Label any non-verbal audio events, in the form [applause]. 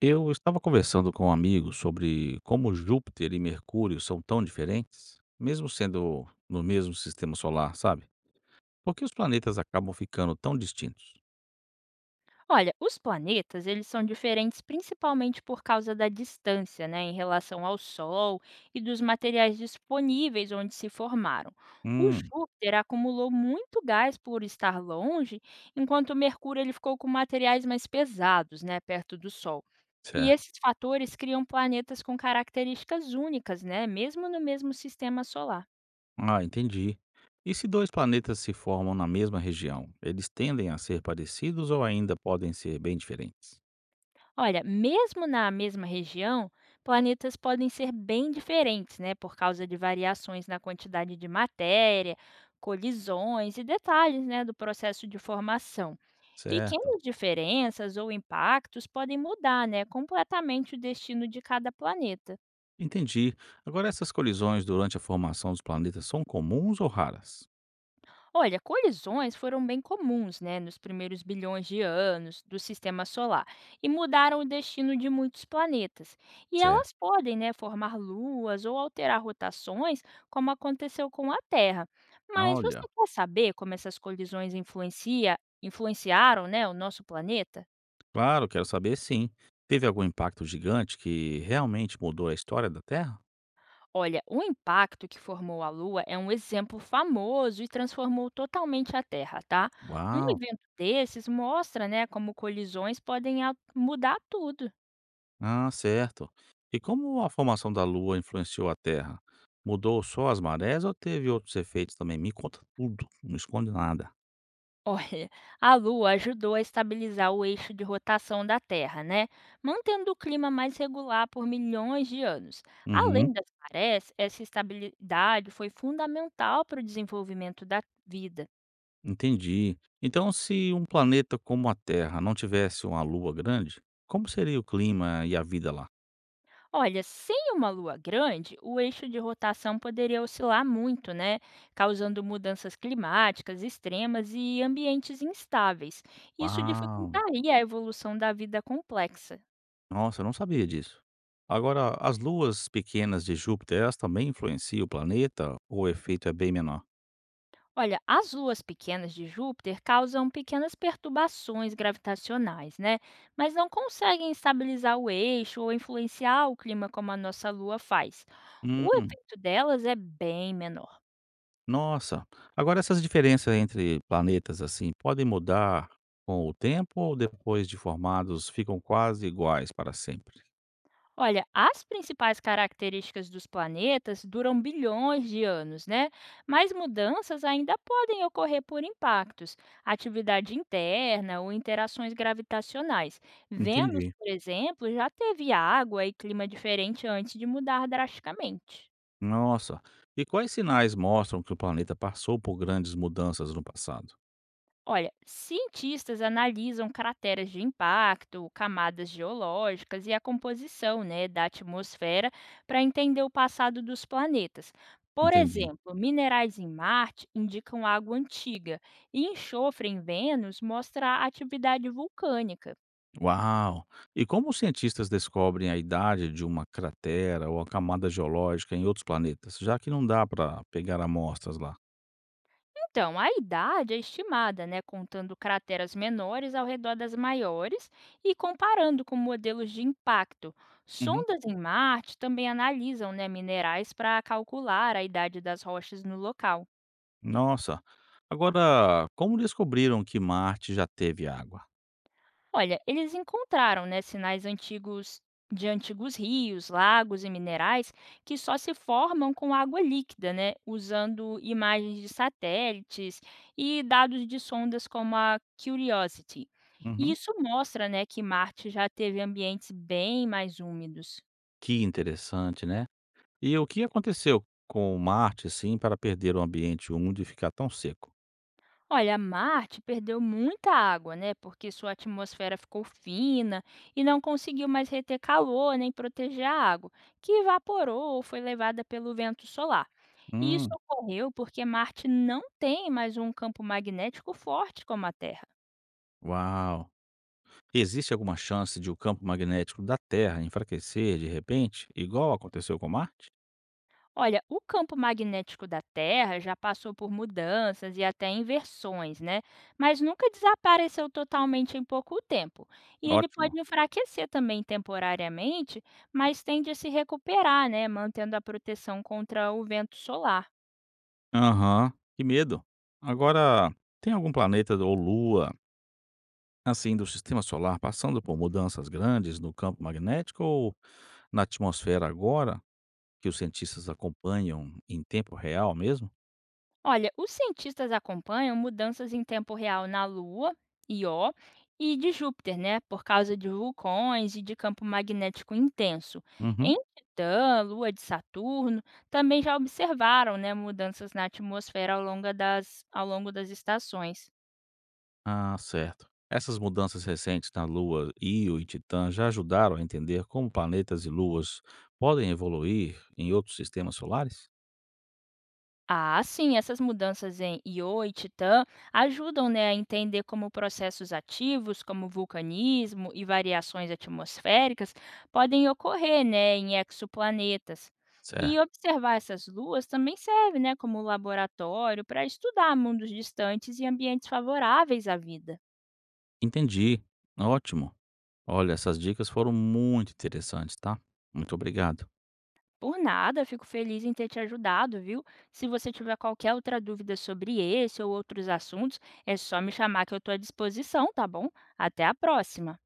Eu estava conversando com um amigo sobre como Júpiter e Mercúrio são tão diferentes, mesmo sendo no mesmo sistema solar, sabe? Por que os planetas acabam ficando tão distintos? Olha, os planetas, eles são diferentes principalmente por causa da distância, né, em relação ao Sol e dos materiais disponíveis onde se formaram. O Hum, Júpiter acumulou muito gás por estar longe, enquanto o Mercúrio ele ficou com materiais mais pesados, né, perto do Sol. E certo. esses fatores criam planetas com características únicas, né, mesmo no mesmo sistema solar. Ah, entendi. E se dois planetas se formam na mesma região, eles tendem a ser parecidos ou ainda podem ser bem diferentes? Olha, mesmo na mesma região, planetas podem ser bem diferentes, né, por causa de variações na quantidade de matéria, colisões e detalhes, né, do processo de formação. Certo. Pequenas diferenças ou impactos podem mudar, né, completamente o destino de cada planeta. Entendi. Agora, essas colisões durante a formação dos planetas são comuns ou raras? Olha, colisões foram bem comuns, né, nos primeiros bilhões de anos do sistema solar e mudaram o destino de muitos planetas. E Certo. elas podem, né, formar luas ou alterar rotações, como aconteceu com a Terra. Mas você Olha. quer saber como essas colisões influenciaram, né, o nosso planeta? Claro, quero saber sim. Teve algum impacto gigante que realmente mudou a história da Terra? Olha, o impacto que formou a Lua é um exemplo famoso e transformou totalmente a Terra, tá? Um Uau! evento desses mostra, né, como colisões podem mudar tudo. Ah, certo. E como a formação da Lua influenciou a Terra? Mudou só as marés ou teve outros efeitos também? Me conta tudo, não esconde nada. [laughs] Olha, a Lua ajudou a estabilizar o eixo de rotação da Terra, né? Mantendo o clima mais regular por milhões de anos. Uhum, Além das marés, essa estabilidade foi fundamental para o desenvolvimento da vida. entendi. Então, se um planeta como a Terra não tivesse uma Lua grande, como seria o clima e a vida lá? Olha, sem uma lua grande, o eixo de rotação poderia oscilar muito, né? Causando mudanças climáticas extremas e ambientes instáveis. Isso Uau! dificultaria a evolução da vida complexa. Nossa, eu não sabia disso. Agora, as luas pequenas de Júpiter, elas também influenciam o planeta ou o efeito é bem menor? Olha, as luas pequenas de Júpiter causam pequenas perturbações gravitacionais, né? Mas não conseguem estabilizar o eixo ou influenciar o clima como a nossa lua faz. O Hum, efeito delas é bem menor. nossa. Agora, essas diferenças entre planetas, assim, podem mudar com o tempo ou depois de formados ficam quase iguais para sempre? Olha, as principais características dos planetas duram bilhões de anos, né? Mas mudanças ainda podem ocorrer por impactos, atividade interna ou interações gravitacionais. Vênus, Entendi. por exemplo, já teve água e clima diferente antes de mudar drasticamente. Nossa. E quais sinais mostram que o planeta passou por grandes mudanças no passado? Olha, cientistas analisam crateras de impacto, camadas geológicas e a composição, né, da atmosfera para entender o passado dos planetas. Por Entendi. exemplo, minerais em Marte indicam água antiga e enxofre em Vênus mostra atividade vulcânica. Uau! E como os cientistas descobrem a idade de uma cratera ou a camada geológica em outros planetas, já que não dá para pegar amostras lá? Então, a idade é estimada, né, contando crateras menores ao redor das maiores e comparando com modelos de impacto. Uhum. Sondas em Marte também analisam, né, minerais para calcular a idade das rochas no local. Nossa. Agora, como descobriram que Marte já teve água? Olha, eles encontraram, né, sinais antigos de antigos rios, lagos e minerais que só se formam com água líquida, né, usando imagens de satélites e dados de sondas como a Curiosity. E Uhum. isso mostra, né, que Marte já teve ambientes bem mais úmidos. Que interessante, né? E o que aconteceu com Marte, assim, para perder o ambiente úmido e ficar tão seco? Olha, Marte perdeu muita água, né? Porque sua atmosfera ficou fina e não conseguiu mais reter calor nem proteger a água, que evaporou ou foi levada pelo vento solar. E isso Hum, ocorreu porque Marte não tem mais um campo magnético forte como a Terra. uau! Existe alguma chance de o campo magnético da Terra enfraquecer de repente, igual aconteceu com Marte? Olha, o campo magnético da Terra já passou por mudanças e até inversões, né? Mas nunca desapareceu totalmente em pouco tempo. E ele pode Ótimo. enfraquecer também temporariamente, mas tende a se recuperar, né? Mantendo a proteção contra o vento solar. Aham, que medo. Agora, tem algum planeta ou lua, assim, do sistema solar passando por mudanças grandes no campo magnético ou na atmosfera agora, que os cientistas acompanham em tempo real mesmo? Olha, os cientistas acompanham mudanças em tempo real na Lua, Ió, e de Júpiter, né? Por causa de vulcões e de campo magnético intenso. Uhum. Em Titã, Lua de Saturno, também já observaram, né, mudanças na atmosfera ao longo das estações. Ah, certo. Essas mudanças recentes na Lua, Io e Titã já ajudaram a entender como planetas e luas podem evoluir em outros sistemas solares? Ah, sim, essas mudanças em Io e Titã ajudam, né, a entender como processos ativos, como vulcanismo e variações atmosféricas, podem ocorrer, né, em exoplanetas. E Certo. observar essas luas também serve, né, como laboratório para estudar mundos distantes e ambientes favoráveis à vida. Entendi. Ótimo. Olha, essas dicas foram muito interessantes, tá? Muito obrigado. Por nada, fico feliz em ter te ajudado, viu? Se você tiver qualquer outra dúvida sobre esse ou outros assuntos, é só me chamar que eu estou à disposição, tá bom? Até a próxima!